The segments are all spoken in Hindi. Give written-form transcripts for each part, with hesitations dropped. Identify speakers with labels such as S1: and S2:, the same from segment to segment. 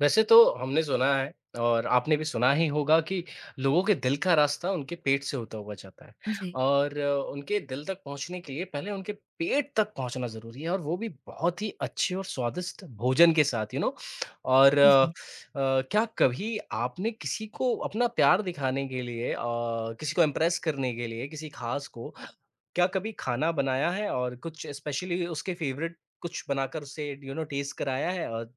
S1: वैसे तो हमने सुना है और आपने भी सुना ही होगा कि लोगों के दिल का रास्ता उनके पेट से होता हुआ जाता है
S2: जी,
S1: और उनके दिल तक पहुंचने के लिए पहले उनके पेट तक पहुंचना ज़रूरी है और वो भी बहुत ही अच्छे और स्वादिष्ट भोजन के साथ यू नो। और अ, अ,
S2: जी,
S1: क्या कभी आपने किसी को अपना प्यार दिखाने के लिए किसी को इम्प्रेस करने के लिए किसी खास को क्या कभी खाना बनाया है और कुछ स्पेशली उसके फेवरेट कुछ बनाकर उसे यू नो टेस्ट कराया है? और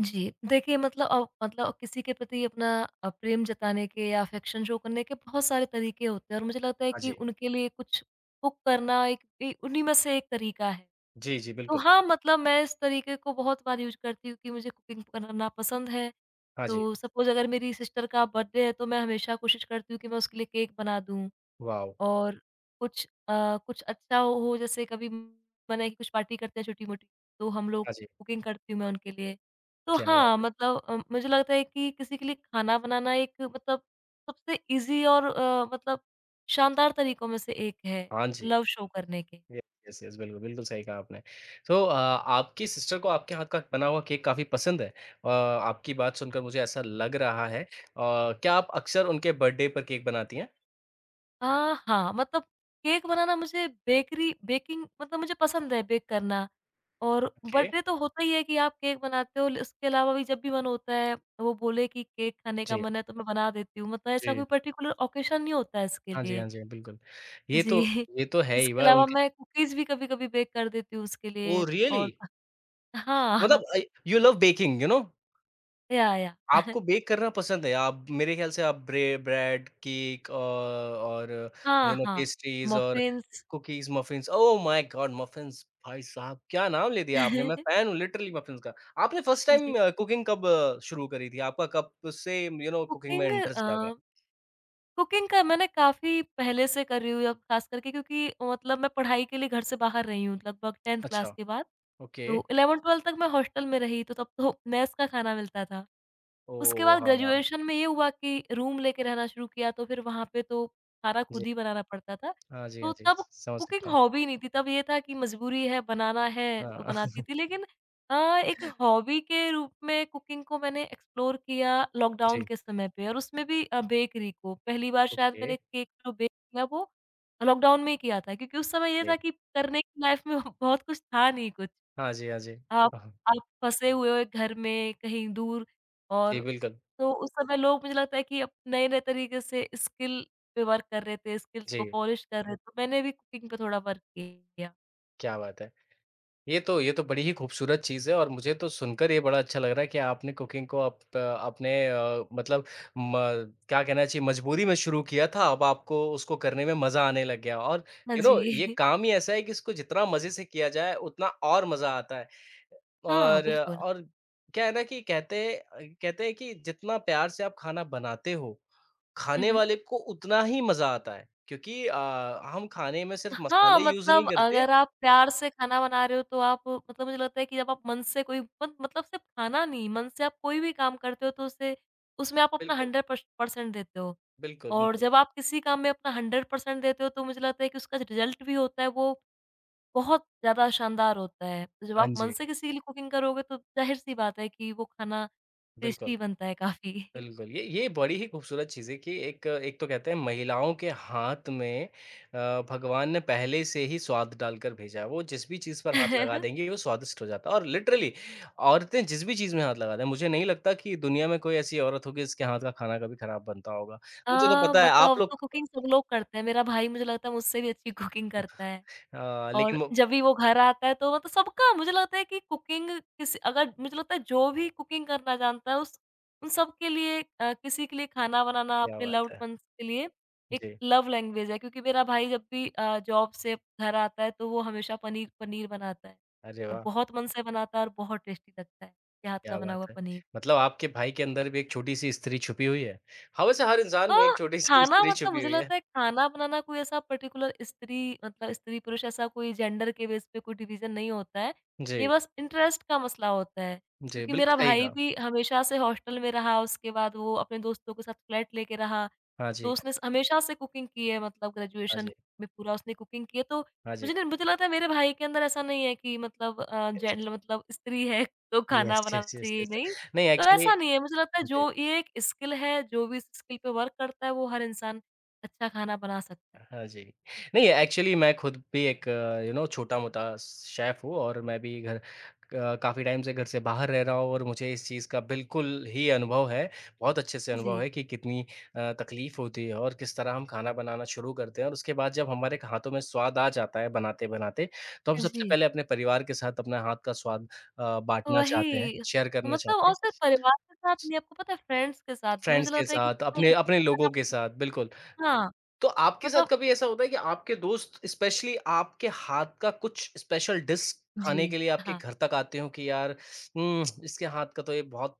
S2: जी। देखिए मतलब किसी के प्रति अपना प्रेम जताने के या अफेक्शन शो करने के बहुत सारे तरीके होते हैं और मुझे लगता है
S1: हाँ
S2: कि
S1: जी,
S2: उनके लिए कुछ कुक करना एक ए उन्हीं में से एक तरीका है।
S1: जी, जी,
S2: तो
S1: बिल्कुल।
S2: हाँ, मतलब मैं इस तरीके को बहुत बार यूज़ करती हूँ कि मुझे कुकिंग करना पसंद है।
S1: हाँ जी,
S2: तो सपोज़ अगर मेरी सिस्टर का बर्थडे है तो मैं हमेशा कोशिश करती हूँ कि मैं उसके लिए केक बना दूँ।
S1: वाओ!
S2: और कुछ अच्छा हो जैसे कभी मन है कि कुछ पार्टी करते हैं छोटी-मोटी, तो हम लोग
S1: हाँ जी,
S2: कुकिंग करती हूँ मैं उनके लिए। तो
S1: क्या
S2: हाँ,
S1: बात है!
S2: मतलब मुझे लगता है कि किसी के लिए खाना बनाना एक मतलब सबसे ईज़ी और मतलब शानदार तरीकों में से एक है
S1: हाँ जी,
S2: लव शो करने के।
S1: ये यस, यस, बिल्कुल, बिल्कुल सही कहा आपने। तो आपकी सिस्टर को आपके हाथ का बना हुआ केक काफ़ी पसंद है। आपकी बात सुनकर मुझे ऐसा लग रहा है। क्या आप अक्सर उनके बर्थडे पर केक बनाती हैं?
S2: अ, हाँ, मतलब केक बनाना मुझे बेकरी बेकिंग मतलब मुझे पसंद है बेक करना। और
S1: ओके,
S2: बर्थडे तो होता ही है कि आप केक बनाते हो, ल इसके अलावा भी जब भी मन होता है, वो बोले कि केक खाने का
S1: जी,
S2: मन है तो मैं बना देती हूँ, मतलब ऐसा
S1: जी।
S2: कोई पर्टिकुलर ऑकेशन नहीं होता है इसके
S1: हाँ जी,
S2: लिए।
S1: हाँ जी, बिल्कुल। ये तो
S2: जी।
S1: ये तो है ही,
S2: इसके
S1: वह
S2: अलावा
S1: उनका
S2: मैं कुकीज़ भी कभी-कभी बेक कर देती हूँ उसके
S1: ओह
S2: लिए।
S1: रियली?
S2: और
S1: मतलब
S2: हाँ,
S1: you love baking, you know?
S2: Yeah, yeah.
S1: आपको बेक करना पसंद है, आप मेरे ख़्याल से आप ब्रेड, केक और
S2: हाँ,
S1: यू नो
S2: हाँ,
S1: पेस्ट्रीज़ और
S2: muffins.
S1: Cookies, muffins oh my god! Muffins भाई साहब क्या नाम ले दिया आपने, मैं फ़ैन हूँ लिटरली मफ़िन्स का। आपने फर्स्ट टाइम
S2: जी।
S1: कुकिंग कब शुरू करी थी? आपका कब से यू नो कुकिंग में
S2: कुकिंग
S1: इंटरेस्ट
S2: अ
S1: जागा?
S2: कुकिंग का मैं ना काफ़ी पहले से कर रही हूँ अब ख़ास करके क्योंकि मतलब मैं पढ़ाई के लिए घर से बाहर रही हूँ लगभग 10th
S1: अच्छा,
S2: क्लास के बाद।
S1: ओके।
S2: तो 11th-12th तक मैं हॉस्टल में रही तो तब तो मेस का खाना मिलता था। उसके
S1: ओह!
S2: बाद
S1: हाँ, हाँ।
S2: ग्रेजुएशन में ये हुआ कि रूम लेके रहना शुरू किया तो फिर वहाँ पे तो खाना
S1: जी।
S2: खुद ही बनाना पड़ता था।
S1: हाँ जी, हाँ
S2: तो
S1: जी।
S2: तब
S1: समझ सकता
S2: कुकिंग
S1: हूँ।
S2: हॉबी नहीं थी, तब ये था कि मजबूरी है, बनाना है तो
S1: हाँ,
S2: बनाती थी। लेकिन अ, एक हॉबी के रूप में कुकिंग को मैंने एक्सप्लोर किया लॉकडाउन
S1: जी।
S2: के समय पे और उसमें भी बेकरी को। पहली बार शायद
S1: ओके,
S2: मैंने केक जो बेक किया वो लॉकडाउन में ही किया था क्योंकि उस समय ये
S1: जी।
S2: था कि करने की लाइफ में बहुत कुछ था नहीं कुछ।
S1: हाँ जी, हाँ जी।
S2: आप
S1: हाँ, हाँ।
S2: आप फँसे हुए हो एक घर में कहीं दूर।
S1: जी,
S2: और
S1: बिल्कुल।
S2: तो उस समय लोग मुझे लगता है कि अप नए-नए तरीके से स्किल पे वर्क कर रहे थे, स्किल्स को
S1: जी,
S2: पॉलिश कर रहे थे। तो मैंने भी कुकिंग पे थोड़ा वर्क किया।
S1: क्या बात है! ये तो बड़ी ही खूबसूरत चीज़ है और मुझे तो सुनकर ये बड़ा अच्छा लग रहा है कि आपने कुकिंग को आप अपने मतलब म क्या कहना चाहिए मजबूरी में शुरू किया था, अब आपको उसको करने में मज़ा आने लग गया और
S2: हाँ
S1: यू नो ये
S2: जी।
S1: काम ही ऐसा है कि इसको जितना मज़े से किया जाए उतना और मज़ा आता है।
S2: हाँ,
S1: और
S2: बिल्कुल।
S1: और क्या है ना कि कहते हैं कि जितना प्यार से आप खाना बनाते हो, खाने वाले को उतना ही मज़ा आता है क्योंकि हम खाने में सिर्फ
S2: हाँ,
S1: मसाले यूज़ नहीं
S2: मतलब
S1: करते।
S2: अगर आप प्यार से खाना बना रहे हो तो आप मतलब मुझे लगता है कि जब आप मन से कोई मत मतलब सिर्फ़ खाना नहीं, मन से आप कोई भी काम करते हो तो उसे उसमें आप अपना
S1: बिल्कुल,
S2: 100 पर्स परसेंट देते हो।
S1: बिल्कुल,
S2: और
S1: बिल्कुल।
S2: जब आप किसी काम में अपना 100% देते हो तो मुझे लगता है कि उसका जो रिज़ल्ट भी होता है वो बहुत ज़्यादा शानदार होता है। तो जब
S1: हाँ
S2: आप मन
S1: जी,
S2: से किसी के लिए कुकिंग करोगे तो ज़ाहिर-सी बात है कि वो खाना
S1: बिल्कुल,
S2: टेस्टी बनता है काफ़ी।
S1: बिल्कुल। ये बड़ी ही खूबसूरत चीज़ है कि एक एक तो कहते हैं महिलाओं के हाथ में भगवान ने पहले से ही स्वाद डालकर भेजा है। वो जिस भी चीज़
S2: अ,
S1: पर हाथ लगा देंगी वो स्वादिष्ट हो जाता है और लिटरली औरतें जिस भी चीज़ में हाथ लगा दें, मुझे नहीं लगता कि दुनिया में कोई ऐसी औरत होगी जिसके हाथ का खाना कभी खराब बनता होगा। मुझे तो पता है आप
S2: मतलब अब
S1: लोग
S2: तो कुकिंग सब लोग करते हैं। मेरा भाई मुझे लगता है मुझसे भी अच्छी कुकिंग करता है।
S1: लेकिन
S2: और
S1: वो
S2: जब भी वो घर आता है तो मतलब सबका मुझे लगता है कि कुकिंग किसी अगर मुझे लगता है जो भी कुकिंग करना जानता है उस उन सब के लिए किसी के लिए खाना बनाना
S1: क्या
S2: अपने
S1: बात
S2: लव्ड
S1: है!
S2: वंस के लिए एक
S1: जी,
S2: लव लैंग्वेज है क्योंकि मेरा भाई जब भी जॉब से घर आता है तो वो हमेशा पनीर पनीर बनाता है
S1: अरे
S2: और
S1: वाह!
S2: बहुत मन से बनाता है और बहुत टेस्टी लगता है उसके हाथ का
S1: क्या
S2: बना
S1: बात
S2: हुआ
S1: है!
S2: पनीर।
S1: मतलब आपके भाई के अंदर भी एक छोटी-सी स्त्री छुपी हुई है। हमें से हर
S2: अ,
S1: इंसान में एक छोटी-सी
S2: खाना
S1: स्त्री
S2: मतलब
S1: छुपी
S2: मुझे
S1: हुई है।
S2: लगता है खाना बनाना कोई ऐसा पर्टिकुलर स्त्री मतलब स्त्री-पुरुष ऐसा कोई जेंडर के बेस पे कोई डिवीज़न नहीं होता है। ये
S1: जी,
S2: बस इंटरेस्ट का मसला होता है।
S1: जी,
S2: क्योंकि
S1: बिल्कुल
S2: मेरा
S1: सही
S2: भाई
S1: कहा।
S2: भी हमेशा से हॉस्टल में रहा, उसके बाद वो अपने दोस्तों के साथ फ्लैट लेके रहा।
S1: हाँ
S2: तो
S1: जी,
S2: उसने स हमेशा से कुकिंग की है मतलब
S1: हाँ
S2: ग्रेजुएशन
S1: जी,
S2: में पूरा उसने कुकिंग की है। तो
S1: हाँ जी।
S2: मुझे नहीं मुझे लगता है मेरे भाई के अंदर ऐसा नहीं है कि मतलब अ, जेंड मतलब स्त्री है तो
S1: यस,
S2: खाना
S1: यस,
S2: बनाना
S1: यस, यस,
S2: चाहिए नहीं।
S1: यस। नहीं
S2: तो
S1: एक्चुअली
S2: ऐसा नहीं है, मुझे लगता है
S1: जी।
S2: जो ये एक स्किल है, जो भी इस स्किल पे वर्क करता है वो हर इंसान अच्छा खाना बना सकता है।
S1: हाँ जी। नहीं एक्चुअली मैं खुद भी एक यू नो छोटा-मोटा शेफ़ हूँ और मैं भी घर क काफ़ी टाइम से घर से बाहर रह रहा हूँ और मुझे इस चीज़ का बिल्कुल ही अनुभव है। बहुत अच्छे से अनुभव
S2: जी।
S1: है कि कितनी तकलीफ़ होती है और किस तरह हम खाना बनाना शुरू करते हैं और उसके बाद जब हमारे हाथों में स्वाद आ जाता है बनाते-बनाते, तो हम सबसे
S2: जी।
S1: पहले अपने परिवार के साथ अपना हाथ का स्वाद बाँटना चाहते हैं,
S2: वही,
S1: शेयर करना
S2: मतलब
S1: चाहते
S2: और
S1: हैं।
S2: सिर्फ परिवार के साथ नहीं, आपको पता है फ्रेंड्स के साथ भी
S1: फ्रेंड्स
S2: मुझे
S1: के
S2: लगता है कि
S1: साथ, अपने
S2: जब
S1: अपने
S2: मैं
S1: लोगों
S2: खाना
S1: के साथ, बिल्कुल।
S2: हाँ,
S1: तो आपके साथ
S2: मतलब
S1: कभी ऐसा होता है कि आपके दोस्त स्पेशली आपके हाथ का कुछ स्पेशल डिश
S2: जी।
S1: खाने के लिए आपके
S2: हाँ।
S1: घर तक आते हो कि यार इसके हाथ का तो ये बहुत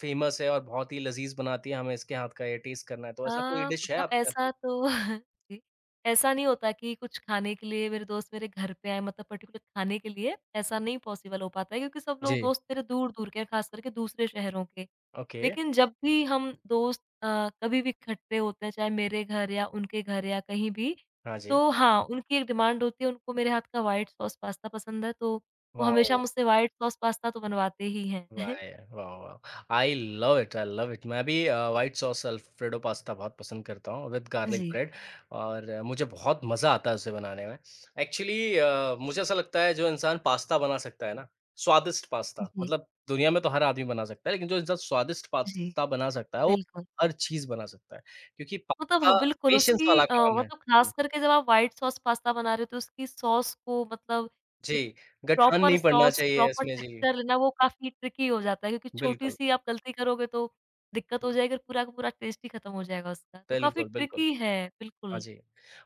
S1: फेमस है और बहुत ही लज़ीज़ बनाती है, हमें इसके हाथ का ये टेस्ट करना है। तो ऐसा कोई डिश है
S2: मतलब
S1: आपके हाथ
S2: ऐसा
S1: की?
S2: तो जी, ऐसा नहीं होता कि कुछ खाने के लिए मेरे दोस्त मेरे घर पे आएँ मतलब पर्टिकुलर खाने के लिए, ऐसा नहीं पॉसिबल हो पाता है क्योंकि सब लोग
S1: जी,
S2: दोस्त मेरे दूर-दूर के हैं, खास करके दूसरे शहरों के।
S1: ओके।
S2: लेकिन जब भी हम दोस्त कभी भी इकट्ठे होते हैं, चाहे मेरे घर या उनके घर या कहीं भी,
S1: हाँ जी।
S2: तो हाँ, उनकी एक डिमांड होती है, उनको मेरे हाथ का व्हाइट सॉस पास्ता पसंद है, तो वो हमेशा
S1: वाओ!
S2: मुझसे व्हाइट सॉस पास्ता तो बनवाते ही हैं।
S1: वाह यार! वाह, वाह! I love it, I love it. मैं भी व्हाइट सॉस अल्फ्रेडो पास्ता बहुत पसंद करता हूँ विद गार्लिक
S2: जी,
S1: ब्रेड और मुझे बहुत मज़ा आता है उसे बनाने में। एक्चुअली मुझे ऐसा लगता है जो इंसान पास्ता बना सकता है ना, स्वादिष्ट पास्ता
S2: जी,
S1: मतलब दुनिया में तो हर आदमी बना सकता है, लेकिन जो इंसान स्वादिष्ट
S2: जी,
S1: पास्ता बना सकता है, वो
S2: बिल्कुल।
S1: हर चीज़ बना सकता है क्योंकि
S2: मतलब
S1: पास्ता
S2: हाँ, बिल्कुल
S1: पेशेंस
S2: उसकी
S1: वाला काम है।
S2: मतलब
S1: जी,
S2: ख़ास करके जब आप व्हाइट सॉस पास्ता बना रहे हो तो उसकी सॉस को मतलब
S1: जी,
S2: एक
S1: गठान
S2: प्रॉपर
S1: नहीं पड़ना
S2: सॉस,
S1: चाहिए
S2: प्रॉपर
S1: इसमें जी,
S2: टेक्सचर लेना वो काफ़ी ट्रिकी हो जाता है क्योंकि
S1: बिल्कुल।
S2: छोटी-सी आप गलती करोगे तो दिक्कत हो जाएगी और पूरा का पूरा टेस्ट ही ख़त्म हो जाएगा उसका। तो काफ़ी
S1: बिल्कुल, बिल्कुल।
S2: ट्रिकी है,
S1: हाँ
S2: बिल्कुल।
S1: जी,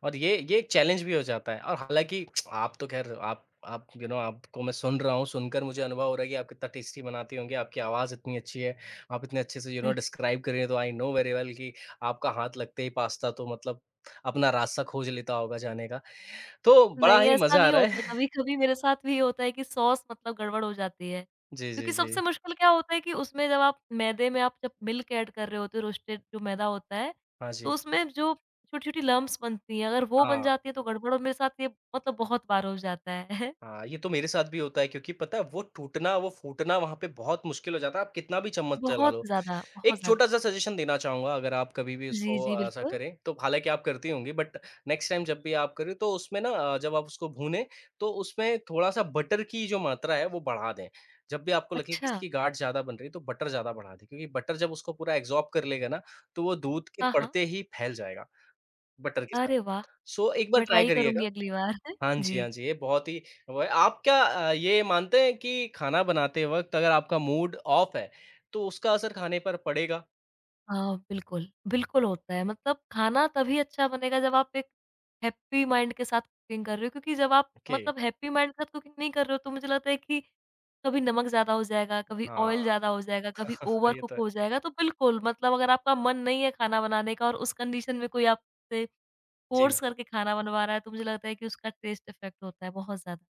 S1: और ये एक चैलेंज भी हो जाता है और हालाँकि आप तो ख़ैर आप यू नो आपको मैं सुन रहा हूँ, सुनकर मुझे अनुभव हो रहा है कि आप कितना टेस्टी बनाती होंगी, आपकी आवाज़ इतनी अच्छी है, आप इतने अच्छे से यू नो डिस्क्राइब कर रही हैं, तो आई नो वेरी वेल कि आपका हाथ लगते ही पास्ता तो मतलब अपना रास्ता खोज लेता होगा जाने का, तो बड़ा
S2: नहीं,
S1: ही
S2: ऐसा
S1: मज़ा आ
S2: नहीं
S1: रहा
S2: होता है,
S1: है।
S2: कभी-कभी मेरे साथ भी ये होता है कि सॉस मतलब गड़बड़ हो जाती है।
S1: जी, जी,
S2: क्योंकि
S1: जी।
S2: सबसे मुश्किल क्या होता है कि उसमें जब आप मैदे में आप जब मिल्क ऐड कर रहे होते हो, रोस्टेड जो मैदा होता है,
S1: हाँ
S2: तो
S1: जी,
S2: उसमें जो छोटी-छोटी लम्प्स बनती हैं, अगर वो बन
S1: हाँ।
S2: जाती है तो गड़बड़ और मेरे साथ ये मतलब बहुत बार हो जाता है।
S1: हाँ, ये तो मेरे साथ भी होता है क्योंकि पता है वो टूटना, वो फूटना वहाँ पे बहुत मुश्किल हो जाता है, आप कितना भी चम्मच चला
S2: बहुत
S1: लो।
S2: ज़्यादा, बहुत
S1: एक
S2: ज़्यादा।
S1: छोटा-सा सजेशन देना चाहूँगा अगर आप कभी भी
S2: जी,
S1: उसको
S2: जी,
S1: ऐसा
S2: बिल्कुल।
S1: करें, तो हालाँकि आप करती होंगी बट नेक्स्ट टाइम जब भी आप करें तो उसमें ना जब आप उसको भूनें, तो उसमें थोड़ा-सा बटर की जो मात्रा है वो बढ़ा दें। जब भी आपको लगे कि
S2: अच्छा!
S1: इसकी गाढ़ ज़्यादा बन रही है, तो बटर ज़्यादा बढ़ा दें क्योंकि बटर जब उसको पूरा एब्ज़ॉर्ब कर लेगा ना, तो वो दूध के
S2: हाँ, हाँ।
S1: पड़ते ही फैल जाएगा बटर के साथ।
S2: अरे वाह!
S1: सो एक बार
S2: मैं
S1: ट्राई
S2: ट्राई करूँगी
S1: करिएगा।
S2: अगली बार।
S1: हाँ जी,
S2: जी।
S1: हाँ जी, ये बहुत ही वो है। आप क्या ये मानते हैं कि खाना बनाते वक़्त अगर आपका मूड ऑफ है, तो उसका असर खाने पर पड़ेगा?
S2: हाँ, बिल्कुल, बिल्कुल होता है। मतलब खाना तभी अच्छा बनेगा जब आप एक हैप्पी माइंड के साथ कुकिंग कर रहे हो क्योंकि जब आप
S1: ओके,
S2: मतलब हैप्पी माइंड के साथ कुकिंग नहीं कर रहे हो तो मुझे लगता है कि कभी नमक ज़्यादा हो जाएगा, कभी ऑयल
S1: हाँ,
S2: ज़्यादा हो जाएगा, कभी
S1: तो
S2: ओवर
S1: ये
S2: कुक
S1: तो है।
S2: हो जाएगा। तो बिल्कुल मतलब अगर आपका मन नहीं है खाना बनाने का और उस कंडीशन में कोई आपसे
S1: जी।
S2: फ़ोर्स करके खाना बनवा रहा है तो मुझे लगता है कि उसका टेस्ट इफ़ेक्ट होता है बहुत ज़्यादा।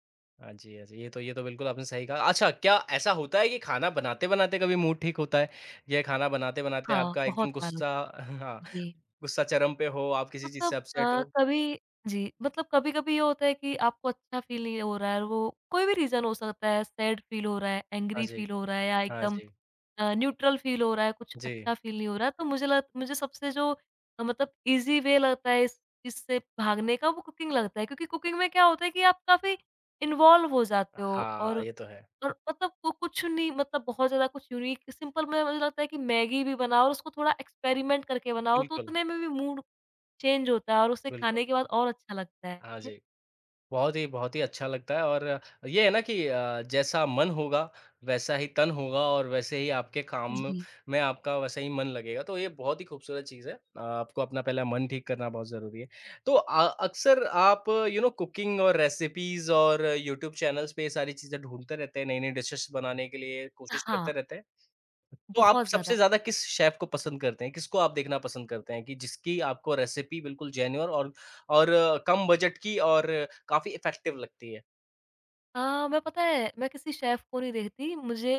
S1: हाँ जी, हाँ जी, ये तो बिल्कुल आपने सही कहा। अच्छा, क्या ऐसा होता है कि खाना बनाते-बनाते कभी मूड ठीक होता है? या खाना बनाते-बनाते
S2: हाँ,
S1: आपका
S2: बहुत
S1: एकदम
S2: बार होता
S1: गुस्सा हाँ,
S2: है। जी।
S1: गुस्सा चरम पे हो, आप किसी चीज़ से
S2: मतलब
S1: अपसेट हो?
S2: कभी जी, मतलब कभी-कभी ये होता है कि आपको अच्छा फ़ील नहीं हो रहा है और वो कोई भी रीज़न हो सकता है, सैड फ़ील हो रहा है,
S1: हाँ
S2: एंग्री
S1: जी,
S2: फ़ील हो रहा है या
S1: हाँ
S2: एकदम
S1: जी,
S2: न्यूट्रल फ़ील हो रहा है, कुछ
S1: जी।
S2: अच्छा फ़ील नहीं हो रहा है। तो मुझे सबसे जो मतलब ईज़ी वे लगता है इस इससे भागने का वो कुकिंग लगता है क्योंकि कुकिंग में क्या होता है कि आप काफ़ी इन्वॉल्व हो जाते हो
S1: हाँ,
S2: और
S1: ये तो है।
S2: और मतलब वो कुछ नहीं मतलब बहुत ज़्यादा कुछ यूनिक सिंपल में मुझे लगता है कि मैगी भी बनाओ और उसको थोड़ा एक्सपेरिमेंट करके बनाओ, तो
S1: बिल्कुल,
S2: उतने में भी मूड चेंज होता है और उसे खाने
S1: बिल्कुल।
S2: के बाद और अच्छा लगता
S1: हाँ
S2: है।
S1: जी। बहुत ही अच्छा लगता है और ये है ना कि जैसा मन होगा, वैसा ही तन होगा और वैसे ही आपके काम
S2: जी।
S1: में आपका वैसा ही मन लगेगा, तो ये बहुत ही खूबसूरत चीज़ है। आपको अपना पहला मन ठीक करना बहुत ज़रूरी है। तो अक्सर आप यू नो कुकिंग और रेसिपीज़ और यूट्यूब चैनल्स पे ये सारी चीज़ें ढूँढते रहते हैं, नई-नई डिशेज़ बनाने के लिए कोशिश
S2: हाँ,
S1: करते रहते हैं? तो आप
S2: बहुत
S1: सबसे
S2: ज़्यादा।
S1: ज़्यादा किस शेफ़ को पसंद करते हैं? किसको आप देखना पसंद करते हैं कि जिसकी आपको रेसिपी बिल्कुल जेन्युइन और कम बजट की और काफ़ी इफ़ेक्टिव लगती है?
S2: मैं पता है मैं किसी शेफ़ को नहीं देखती, मुझे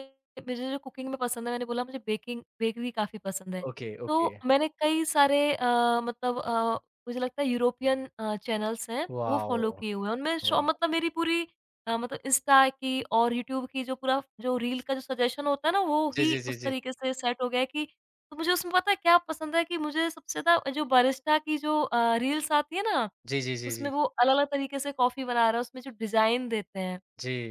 S2: मुझे जो कुकिंग में पसंद है मैंने बोला मुझे बेकिंग बेकरी काफ़ी पसंद है।
S1: ओके,
S2: तो
S1: ओके।
S2: मैंने कई सारे मतलब मुझे लगता है यूरोपियन चैनल्स हैं, तो वो
S1: वॉव!
S2: फ़ॉलो किए हुए हैं। उनमें शो
S1: वाह!
S2: मतलब मेरी पूरी मतलब इंस्टा की और यूट्यूब की जो पूरा जो रील का जो सजेशन होता है ना, वो
S1: जी,
S2: ही
S1: जी, जी,
S2: उस
S1: जी।
S2: तरीके से सेट हो गया है कि तो मुझे उसमें पता है क्या पसंद है कि मुझे सबसे ज़्यादा जो बारिस्टा की जो रील्स आती है ना
S1: जी, जी, जी, जी।
S2: उसमें वो अलग-अलग तरीके से कॉफ़ी बना रहा है, उसमें जो डिज़ाइन देते हैं,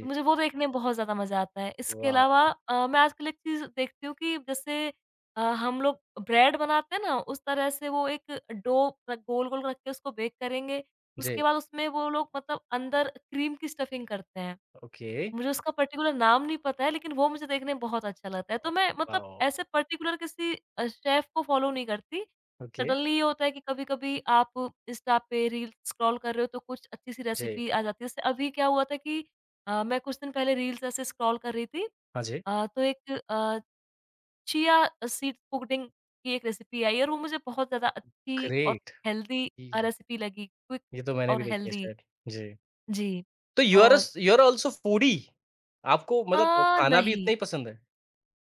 S2: तो मुझे वो देखने में बहुत ज़्यादा मज़ा आता है। इसके
S1: वॉव!
S2: अलावा मैं आजकल एक चीज़ देखती हूँ कि जैसे हम लोग ब्रेड बनाते हैं ना, उस तरह से वो एक डो र गोल-गोल रख के उसको बेक करेंगे,
S1: जी,
S2: उसके बाद उसमें वो लोग मतलब अंदर क्रीम की स्टफिंग करते हैं।
S1: ओके।
S2: मुझे उसका पर्टिकुलर नाम नहीं पता है, लेकिन वो मुझे देखने में बहुत अच्छा लगता है।
S1: अ,
S2: तो मैं मतलब
S1: वॉव!
S2: ऐसे पर्टिकुलर किसी शेफ़ को फ़ॉलो नहीं करती।
S1: ओके,
S2: सडनली ये होता है कि कभी-कभी आप इंस्टा पे रील्स स्क्रॉल कर रहे हो, तो कुछ अच्छी-सी
S1: जी।
S2: रेसिपी आ जाती है। जैसे अभी क्या हुआ था कि मैं कुछ दिन पहले रील्स ऐसे स्क्रॉल कर रही थी
S1: हाँ जी।
S2: तो एक चिया सीड पुडिंग की एक रेसिपी आई और वो मुझे बहुत ज़्यादा अच्छी और
S1: ग्रेट!
S2: हेल्दी
S1: ई
S2: रेसिपी लगी, क्विक
S1: ये तो मैंने
S2: और
S1: भी देखी है
S2: हेल्दी।
S1: शायद। जी।
S2: जी।
S1: तो यू आर अ
S2: और
S1: स यू आर आल्सो फूडी? आपको
S2: अ,
S1: मतलब खाना भी उतना
S2: नहीं।
S1: ही पसंद है?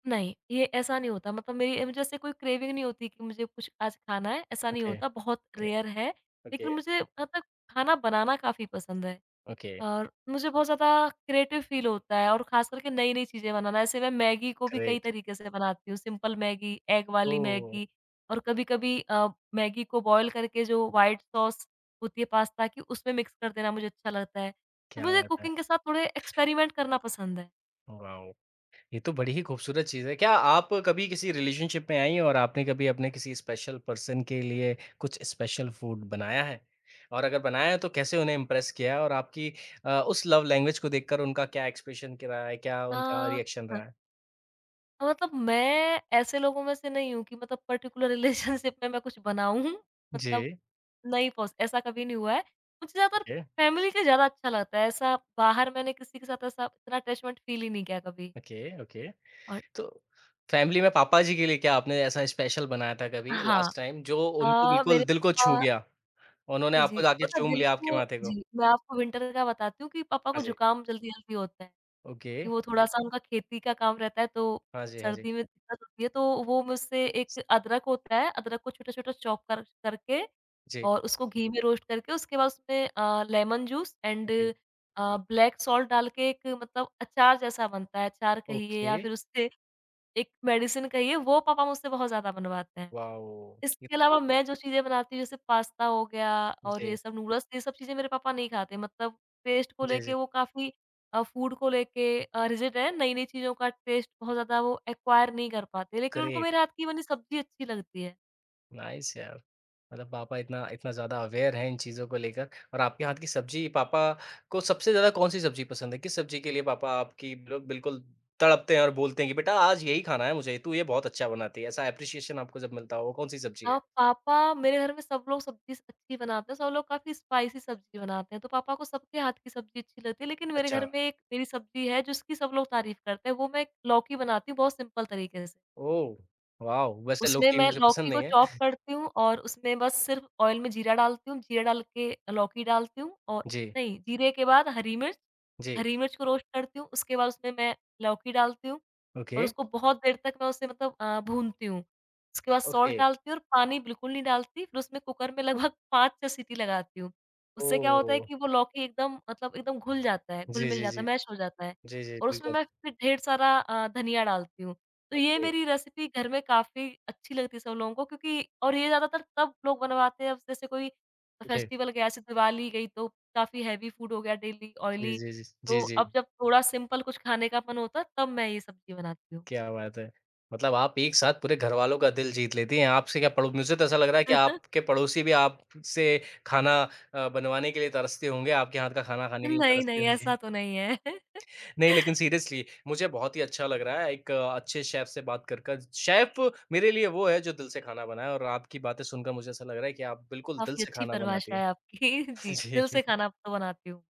S2: नहीं, ये ऐसा नहीं होता मतलब मेरी मुझे ऐसे कोई क्रेविंग नहीं होती कि मुझे कुछ आज खाना है, ऐसा नहीं
S1: ओके,
S2: होता बहुत
S1: ओके,
S2: रेयर है। लेकिन
S1: ओके,
S2: मुझे मतलब खाना बनाना काफ़ी पसंद है
S1: ओके।
S2: और मुझे बहुत ज़्यादा क्रिएटिव फ़ील होता है और ख़ास करके नई-नई चीज़ें बनाना ऐसे मैं मैगी को भी कई
S1: ग्रेट।
S2: तरीके से बनाती हूँ, सिंपल मैगी, एग वाली
S1: ओह!
S2: मैगी और कभी-कभी मैगी को बॉयल करके जो व्हाइट सॉस होती है पास्ता की उसमें मिक्स कर देना मुझे अच्छा लगता है। तो
S1: क्या
S2: मुझे
S1: बात है।
S2: कुकिंग के साथ थोड़े एक्सपेरिमेंट करना पसंद है।
S1: वॉव! ये तो बड़ी ही खूबसूरत चीज़ है। क्या आप कभी किसी रिलेशनशिप में आईं और आपने कभी अपने किसी स्पेशल पर्सन के लिए कुछ स्पेशल फूड बनाया है? और अगर बनाया है तो कैसे उन्हें इम्प्रेस किया है और आपकी उस लव लैंग्वेज को देखकर उनका क्या एक्सप्रेशन क रहा है, क्या उनका रिएक्शन
S2: अ
S1: रहा है?
S2: मतलब मैं ऐसे लोगों में से नहीं हूँ कि मतलब पर्टिकुलर रिलेशनशिप में मैं कुछ बनाऊँ
S1: जी।
S2: मतलब नहीं पॉस ऐसा कभी नहीं हुआ है। मुझे ज़्यादातर
S1: ओके,
S2: फैमिली के ज़्यादा अच्छा लगता है, ऐसा बाहर मैंने किसी के साथ ऐसा इतना अटैचमेंट फ़ील ही नहीं किया कभी।
S1: Okay, okay.
S2: और
S1: तो फैमिली में पापा जी के लिए क्या आपने ऐसा स्पेशल बनाया था कभी
S2: हाँ,
S1: लास्ट टाइम जो उनको बिल्कुल
S2: मेरे
S1: दिल को छू
S2: पापा
S1: गया? उन्होंने
S2: जी,
S1: आपको जाके
S2: पता है
S1: चूम
S2: दिल
S1: लिया आपके
S2: को
S1: माथे को?
S2: जी, मैं आपको विंटर का बताती हूँ कि पापा
S1: हाँ
S2: को
S1: जी।
S2: जुकाम जल्दी-जल्दी होता है।
S1: ओके,
S2: कि वो थोड़ा-सा उनका खेती का काम रहता है तो
S1: हाँ जी, हाँ जी।
S2: सर्दी में दिक्कत होती है, तो वो मुझसे एक अदरक होता है, अदरक को छोटा-छोटा चॉप कर करके
S1: जी,
S2: और उसको घी में रोस्ट करके उसके बाद उसमें लेमन जूस एंड
S1: जी,
S2: ब्लैक सॉल्ट डाल के एक मतलब अचार जैसा बनता है, अचार कहिए
S1: ओके,
S2: या फिर उससे एक मेडिसिन कहिए, वो पापा मुझसे बहुत ज़्यादा बनवाते हैं।
S1: वॉव! इत
S2: इसके अलावा मैं जो चीज़ें बनाती हूँ जैसे पास्ता हो गया और ये
S1: जी,
S2: सब नूडल्स ये सब चीज़ें मेरे पापा नहीं खाते मतलब टेस्ट को
S1: जी, जी,
S2: लेके वो काफ़ी फूड को लेके रिजिड हैं, नई-नई चीज़ों का टेस्ट बहुत ज़्यादा वो एक्वायर नहीं कर पाते, लेकिन उनको
S1: ग्रेट,
S2: मेरे हाथ की बनी सब्ज़ी अच्छी लगती है।
S1: नाइस यार। मतलब पापा इतना इतना ज़्यादा अवेयर हैं इन चीज़ों को लेकर और आपके हाथ की सब्ज़ी पापा को सबसे ज़्यादा कौन-सी सब्ज़ी पसंद है? किस सब्ज़ी के लिए पापा आपकी लोग बिल्कुल तड़पते हैं और बोलते हैं कि बेटा आज यही खाना है मुझे, तू ये बहुत अच्छा बनाती है। ऐसा एप्रिसिएशन आपको जब मिलता हो, वो कौन-सी सब्ज़ी है?
S2: हाँ, पापा मेरे घर में सब लोग सब्ज़ी स अच्छी बनाते हैं, सब लोग काफ़ी स्पाइसी सब्ज़ी बनाते हैं, तो पापा को सबके हाथ की सब्ज़ी अच्छी लगती है, लेकिन मेरे
S1: अच्छा,
S2: घर में एक मेरी सब्ज़ी है जिसकी सब लोग तारीफ़ करते हैं, वो मैं लौकी बनाती हूँ बहुत सिंपल तरीके से।
S1: ओह! वॉव! वैसे
S2: उसमें
S1: लौकी
S2: मैं
S1: मुझे पसंद
S2: लौकी
S1: नहीं
S2: को
S1: है।
S2: चॉप करती हूँ और उसमें बस सिर्फ़ ऑयल में जीरा डालती हूँ, जीरा डाल के लौकी डालती हूँ और
S1: जी,
S2: नहीं, जीरे के बाद
S1: जी,
S2: हरी मिर्च को रोस्ट करती हूँ, उसके बाद उसमें मैं लौकी डालती हूँ
S1: ओके,
S2: और उसको बहुत देर तक मैं उसे मतलब भूनती हूँ। उसके बाद सॉल्ट
S1: ओके,
S2: डालती हूँ और पानी बिल्कुल नहीं डालती, फिर उसमें कुकर में लगभग 5-6 सीटी लगाती हूँ। उससे क्या होता
S1: ओह!
S2: है कि वो लौकी एकदम मतलब एकदम घुल जाता है,
S1: जी,
S2: घुल-मिल
S1: जी,
S2: जाता
S1: जी।
S2: है, मैश हो जाता है
S1: जी, जी,
S2: और उसमें
S1: बिल्कुल।
S2: मैं फिर ढेर सारा धनिया डालती हूँ। तो ये मेरी रेसिपी घर में काफ़ी अच्छी लगती है सब लोगों को क्योंकि और ये ज़्यादातर तब लोग बनवाते हैं अब जैसे कोई
S1: जी,
S2: फेस्टिवल गया, जैसे दिवाली गई तो काफ़ी हेवी फूड हो गया डेली
S1: जी,
S2: ऑयली,
S1: जी, जी, जी, जी,
S2: तो
S1: जी,
S2: अब जब थोड़ा सिंपल कुछ खाने का मन होता है, तब मैं ये सब्ज़ी बनाती हूँ।
S1: क्या बात है! मतलब आप एक साथ पूरे घरवालों का दिल जीत लेती हैं, आपसे क्या पड़ो मुझे तो ऐसा लग रहा है कि आपके पड़ोसी भी आपसे खाना बनवाने के लिए तरसते होंगे, आपके हाथ का खाना खाने के लिए
S2: नहीं,
S1: तरसते
S2: नहीं,
S1: होंगे।
S2: ऐसा तो नहीं है।
S1: नहीं, लेकिन सीरियसली मुझे बहुत ही अच्छा लग रहा है एक अच्छे शेफ़ से बात कर कर। शेफ़ मेरे लिए वो है जो दिल से खाना बनाए और आपकी बातें सुनकर मुझे ऐसा लग रहा है कि आप बिल्कुल दिल
S2: काफ़ी
S1: से
S2: अच्छी
S1: खाना बनाती
S2: परिभाषा
S1: हैं।
S2: है आपकी। जी,
S1: जी।
S2: दिल से खाना तो बनाती हूँ।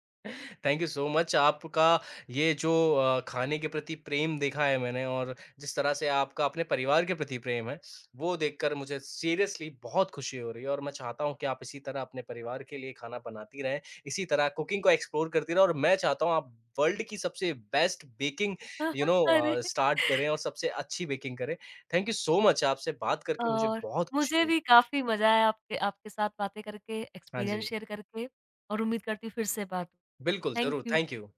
S1: थैंक यू सो मच आपका ये जो खाने के प्रति प्रेम देखा है मैंने और जिस तरह से आपका अपने परिवार के प्रति प्रेम है, वो देखकर मुझे सीरियसली बहुत खुशी हो रही है और मैं चाहता हूँ कि आप इसी तरह अपने परिवार के लिए खाना बनाती रहें, इसी तरह कुकिंग को एक्सप्लोर करती रहें और मैं चाहता हूँ आप वर्ल्ड की सबसे बेस्ट बेकिंग यू नो
S2: अरे!
S1: स्टार्ट करें और सबसे अच्छी बेकिंग करें। थैंक यू सो मच आपसे बात करके मुझे
S2: और
S1: बहुत खुशी
S2: मुझे
S1: हुई।
S2: भी काफ़ी मज़ा आया आपके आपके साथ बातें करके,
S1: हाँ
S2: एक्सपीरियंस
S1: जी,
S2: शेयर करके और उम्मीद करती हूँ फिर से बात हो।
S1: बिल्कुल
S2: थैंक
S1: ज़रूर,
S2: यू।
S1: Thank you.